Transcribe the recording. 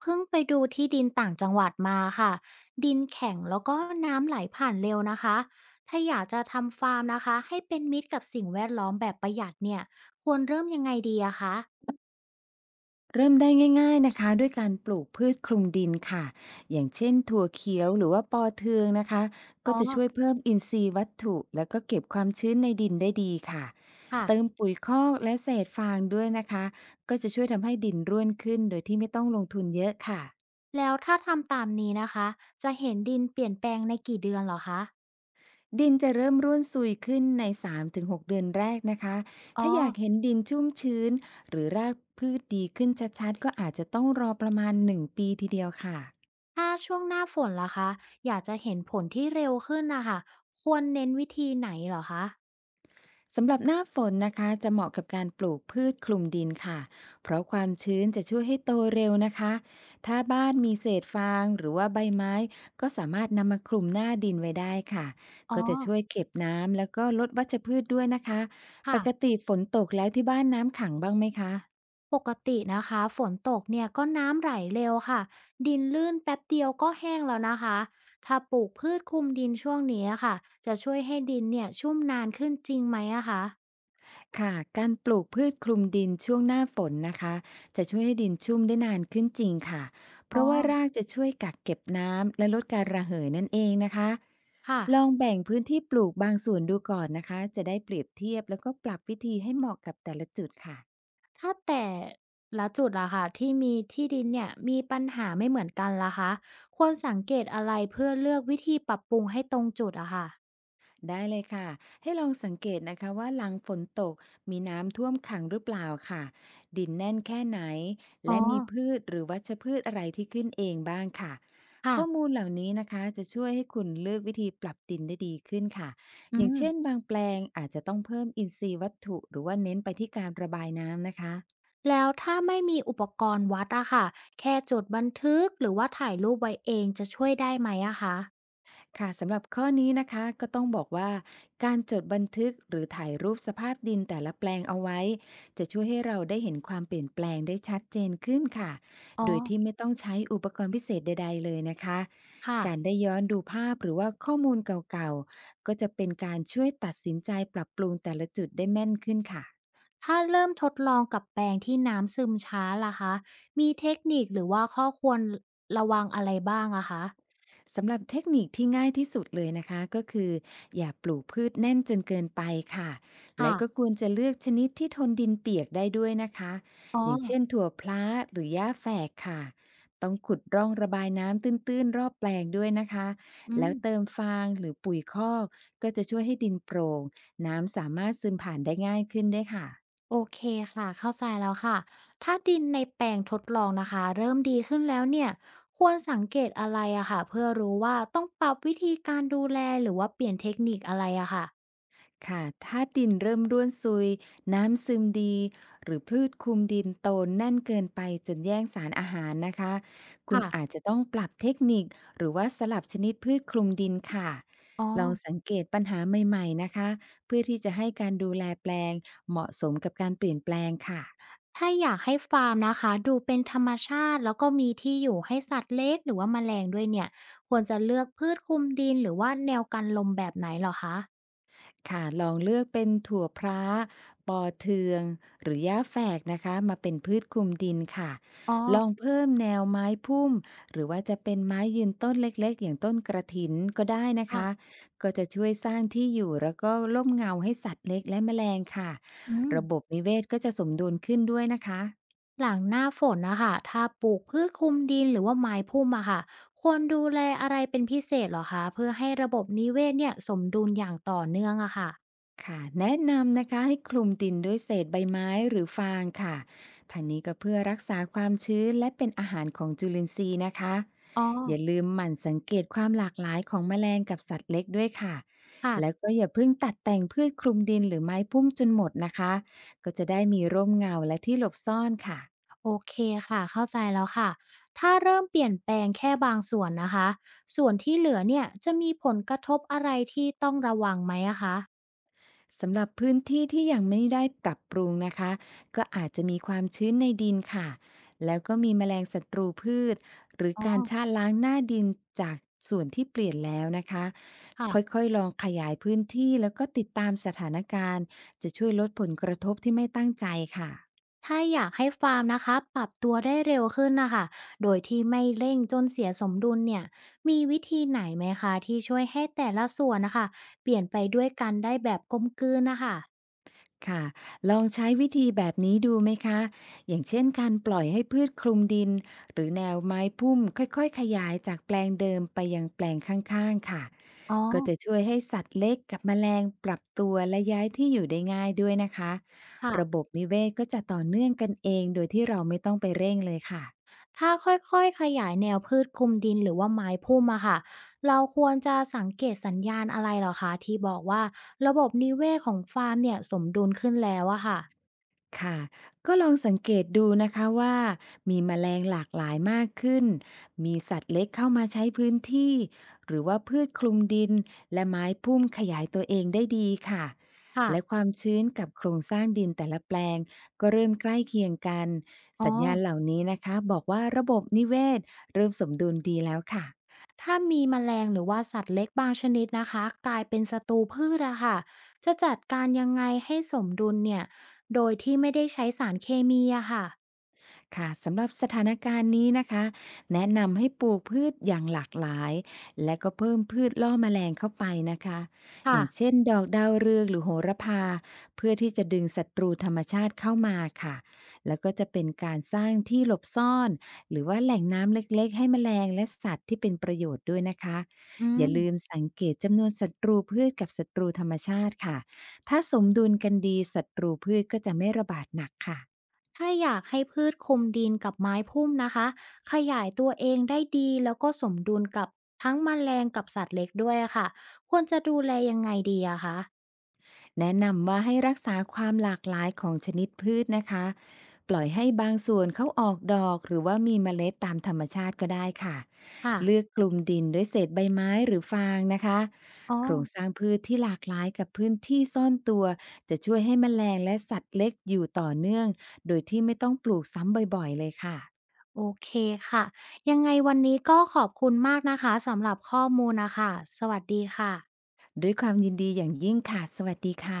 เพิ่งไปดูที่ดินต่างจังหวัดมาค่ะดินแข็งแล้วก็น้ำไหลผ่านเร็วนะคะถ้าอยากจะทำฟาร์มนะคะให้เป็นมิตรกับสิ่งแวดล้อมแบบประหยัดเนี่ยควรเริ่มยังไงดีอะคะเริ่มได้ง่ายๆนะคะด้วยการปลูกพืชคลุมดินค่ะอย่างเช่นถั่วเขียวหรือว่าปอเทืองนะคะก็อ๋อจะช่วยเพิ่มอินทรีย์วัตถุแล้วก็เก็บความชื้นในดินได้ดีค่ะเติมค่ะปุ๋ยคอกและเศษฟางด้วยนะคะก็จะช่วยทำให้ดินร่วนขึ้นโดยที่ไม่ต้องลงทุนเยอะค่ะแล้วถ้าทำตามนี้นะคะจะเห็นดินเปลี่ยนแปลงในกี่เดือนเหรอคะดินจะเริ่มร่วนซุยขึ้นใน3-6เดือนแรกนะคะอ๋อถ้าอยากเห็นดินชุ่มชื้นหรือรากพืชดีขึ้นชัดๆก็อาจจะต้องรอประมาณ1 ปีทีเดียวค่ะ ถ้าช่วงหน้าฝนล่ะคะอยากจะเห็นผลที่เร็วขึ้นนะคะควรเน้นวิธีไหนเหรอคะสำหรับหน้าฝนนะคะจะเหมาะกับการปลูกพืชคลุมดินค่ะเพราะความชื้นจะช่วยให้โตเร็วนะคะถ้าบ้านมีเศษฟางหรือว่าใบไม้ก็สามารถนำมาคลุมหน้าดินไว้ได้ค่ะอ๋อก็จะช่วยเก็บน้ำแล้วก็ลดวัชพืชด้วยนะคะปค่ะ กติฝนตกแล้วที่บ้านน้ำขังบ้างไหมคะ ปกตินะคะฝนตกเนี่ยก็น้ำไหลเร็วค่ะดินลื่นแป๊บเดียวก็แห้งแล้วนะคะถ้าปลูกพืชคลุมดินช่วงนี้อะค่ะจะช่วยให้ดินเนี่ยชุ่มนานขึ้นจริงไหมอะคะค่ะการปลูกพืชคลุมดินช่วงหน้าฝนนะคะจะช่วยให้ดินชุ่มได้นานขึ้นจริงค่ะเพอ๋อราะว่ารากจะช่วยกักเก็บน้ำและลดการระเหยนั่นเองนะคะค่ะลองแบ่งพื้นที่ปลูกบางส่วนดูก่อนนะคะจะได้เปรียบเทียบแล้วก็ปรับวิธีให้เหมาะกับแต่ละจุดค่ะ ถ้าแต่ละจุดล่ะค่ะที่มีที่ดินเนี่ยมีปัญหาไม่เหมือนกันล่ะคะควรสังเกตอะไรเพื่อเลือกวิธีปรับปรุงให้ตรงจุดอะค่ะได้เลยค่ะ ให้ลองสังเกตนะคะว่าหลังฝนตกมีน้ำท่วมขังหรือเปล่าค่ะ ดินแน่นแค่ไหน อ๋อและมีพืชหรือวัชพืชอะไรที่ขึ้นเองบ้างค่ะ ค่ะข้อมูลเหล่านี้นะคะจะช่วยให้คุณเลือกวิธีปรับดินได้ดีขึ้นค่ะ อือย่างเช่นม บางแปลงอาจจะต้องเพิ่มอินทรีย์วัตถุหรือว่าเน้นไปที่การระบายน้ำนะคะ แล้วถ้าไม่มีอุปกรณ์วัดอะค่ะ แค่จดบันทึกหรือว่าถ่ายรูปไว้เองจะช่วยได้ไหมอะคะค่ะสำหรับข้อนี้นะคะก็ต้องบอกว่าการจดบันทึกหรือถ่ายรูปสภาพดินแต่ละแปลงเอาไว้จะช่วยให้เราได้เห็นความเปลี่ยนแปลงได้ชัดเจนขึ้นค่ะอ๋อโดยที่ไม่ต้องใช้อุปกรณ์พิเศษใดๆเลยนะคะค่ะการได้ย้อนดูภาพหรือว่าข้อมูลเก่าๆก็จะเป็นการช่วยตัดสินใจปรับปรุงแต่ละจุดได้แม่นขึ้นค่ะ ถ้าเริ่มทดลองกับแปลงที่น้ำซึมช้าล่ะคะ มีเทคนิคหรือว่าข้อควรรระวังอะไรบ้างอะคะสำหรับเทคนิคที่ง่ายที่สุดเลยนะคะก็คืออย่าปลูกพืชแน่นจนเกินไปค่ะและค่ะก็ควรจะเลือกชนิดที่ทนดินเปียกได้ด้วยนะคะอ๋ออย่างเช่นถั่วพลาหรือหญ้าแฝกค่ะต้องขุดร่องระบายน้ำตื้นๆรอบแปลงด้วยนะคะอืแล้มวเติมฟางหรือปุ๋ยคอกก็จะช่วยให้ดินโปร่งน้ำสามารถซึมผ่านได้ง่ายขึ้นด้วยค่ะ โอเคค่ะเข้าใจแล้วค่ะถ้าดินในแปลงทดลองนะคะเริ่มดีขึ้นแล้วเนี่ยควรสังเกตอะไรอะค่ะเพื่อรู้ว่าต้องปรับวิธีการดูแลหรือว่าเปลี่ยนเทคนิคอะไรอะค่ะค่ะถ้าดินเริ่มร่วนซุย น้ำซึมดี หรือพืชคลุมดินโตแน่นเกินไปจนแย่งสารอาหารนะคะ คุณอาจค่ะจะต้องปรับเทคนิคหรือว่าสลับชนิดพืชคลุมดินค่ะ อ๋อ ลองสังเกตปัญหาใหม่ๆนะคะ เพื่อที่จะให้การดูแลแปลงเหมาะสมกับการเปลี่ยนแปลงค่ะ ถ้าอยากให้ฟาร์มนะคะดูเป็นธรรมชาติแล้วก็มีที่อยู่ให้สัตว์เล็กหรือว่าแมลงด้วยเนี่ยควรจะเลือกพืชคลุมดินหรือว่าแนวกันลมแบบไหนเหรอคะค่ะลองเลือกเป็นถั่วพร้าปอเทืองหรือหญ้าแฝกนะคะมาเป็นพืชคลุมดินค่ะอ๋อลองเพิ่มแนวไม้พุ่มหรือว่าจะเป็นไม้ยืนต้นเล็กๆอย่างต้นกระถินก็ได้นะคะค่ะก็จะช่วยสร้างที่อยู่แล้วก็ร่มเงาให้สัตว์เล็กและแมลงค่ะอืมระบบนิเวศก็จะสมดุลขึ้นด้วยนะคะ หลังหน้าฝนนะคะถ้าปลูกพืชคลุมดินหรือว่าไม้พุ่มอะค่ะควรดูแลอะไรเป็นพิเศษเหรอคะเพื่อให้ระบบนิเวศเนี่ยสมดุลอย่างต่อเนื่องอะค่ะค่ะแนะนำนะคะให้คลุมดินด้วยเศษใบไม้หรือฟางค่ะทางนี้ก็เพื่อรักษาความชื้นและเป็นอาหารของจุลินทรีย์นะคะอ๋ออย่าลืมหมั่นสังเกตความหลากหลายของแมลงกับสัตว์เล็กด้วยค่ะแล้วค่ะ ก็อย่าเพิ่งตัดแต่งพืชคลุมดินหรือไม้พุ่มจนหมดนะคะก็จะได้มีร่มเงาและที่หลบซ่อนค่ะ โอเคค่ะเข้าใจแล้วค่ะถ้าเริ่มเปลี่ยนแปลงแค่บางส่วนนะคะส่วนที่เหลือเนี่ยจะมีผลกระทบอะไรที่ต้องระวังไหมอะคะสำหรับพื้นที่ที่ยังไม่ได้ปรับปรุงนะคะก็อาจจะมีความชื้นในดินค่ะแล้วก็มีแมลงศัตรูพืชหรืออ๋การอชาล้างหน้าดินจากส่วนที่เปลี่ยนแล้วนะคะค่ะค่อยๆลองขยายพื้นที่แล้วก็ติดตามสถานการณ์จะช่วยลดผลกระทบที่ไม่ตั้งใจค่ะ ถ้าอยากให้ฟาร์มนะคะปรับตัวได้เร็วขึ้นนะคะโดยที่ไม่เร่งจนเสียสมดุลเนี่ยมีวิธีไหนไหมคะที่ช่วยให้แต่ละส่วนนะคะเปลี่ยนไปด้วยกันได้แบบกลมกลืนนะคะค่ะลองใช้วิธีแบบนี้ดูไหมคะอย่างเช่นการปล่อยให้พืชคลุมดินหรือแนวไม้พุ่มค่อยๆขยายจากแปลงเดิมไปยังแปลงข้างๆค่ะอ๋อก็จะช่วยให้สัตว์เล็กกับแมลงปรับตัวและย้ายที่อยู่ได้ง่ายด้วยนะคะระค่ะ บบนิเวศก็จะต่อเนื่องกันเองโดยที่เราไม่ต้องไปเร่งเลยค่ะ ถ้าค่อยๆ ขยายแนวพืชคลุมดินหรือว่าไม้พุ่มอะค่ะเราควรจะสังเกตสัญญาณอะไรเหรอคะที่บอกว่าระบบนิเวศของฟาร์มเนี่ยสมดุลขึ้นแล้วอะค่ะค่ะ ก็ลองสังเกตดูนะคะว่ามีแมลงหลากหลายมากขึ้น มีสัตว์เล็กเข้ามาใช้พื้นที่ หรือว่าพืชคลุมดินและไม้พุ่มขยายตัวเองได้ดีค่ะ ค่ะและความชื้นกับโครงสร้างดินแต่ละแปลงก็เริ่มใกล้เคียงกัน อ๋อสัญญาณเหล่านี้นะคะบอกว่าระบบนิเวศเริ่มสมดุลดีแล้วค่ะ ถ้ามีแมลงหรือว่าสัตว์เล็กบางชนิดนะคะกลายเป็นศัตรูพืชอะค่ะจะจัดการยังไงให้สมดุลเนี่ยโดยที่ไม่ได้ใช้สารเคมีอะค่ะค่ะสำหรับสถานการณ์นี้นะคะแนะนำให้ปลูกพืชอย่างหลากหลายและก็เพิ่มพืชล่อแมลงเข้าไปนะคะอค่ะย่างเช่นดอกดาวเรืองหรือโหระพาเพื่อที่จะดึงศัตรูธรรมชาติเข้ามาค่ะแล้วก็จะเป็นการสร้างที่หลบซ่อนหรือว่าแหล่งน้ำเล็กๆให้แมลงและสัตว์ที่เป็นประโยชน์ด้วยนะคะอือย่าลืมม สังเกตจำนวนศัตรูพืชกับศัตรูธรรมชาติค่ะถ้าสมดุลกันดีศัตรูพืชก็จะไม่ระบาดหนักค่ะ ถ้าอยากให้พืชคลุมดินกับไม้พุ่มนะคะขยายตัวเองได้ดีแล้วก็สมดุลกับทั้งแมลงกับสัตว์เล็กด้วยอะค่ะควรจะดูแลยังไงดีอะคะแนะนำว่าให้รักษาความหลากหลายของชนิดพืชนะคะปล่อยให้บางส่วนเขาออกดอกหรือว่ามีเมล็ดตามธรรมชาติก็ได้ค่ะค่ะเลือกกลุ่มดินด้วยเศษใบไม้หรือฟางนะคะอ๋อโครงสร้างพืชที่หลากหลายกับพื้นที่ซ่อนตัวจะช่วยให้แมลงและสัตว์เล็กอยู่ต่อเนื่องโดยที่ไม่ต้องปลูกซ้ำบ่อยๆเลยค่ะโอเคค่ะยังไงวันนี้ก็ขอบคุณมากนะคะสำหรับข้อมูลนะคะสวัสดีค่ะด้วยความยินดีอย่างยิ่งค่ะสวัสดีค่ะ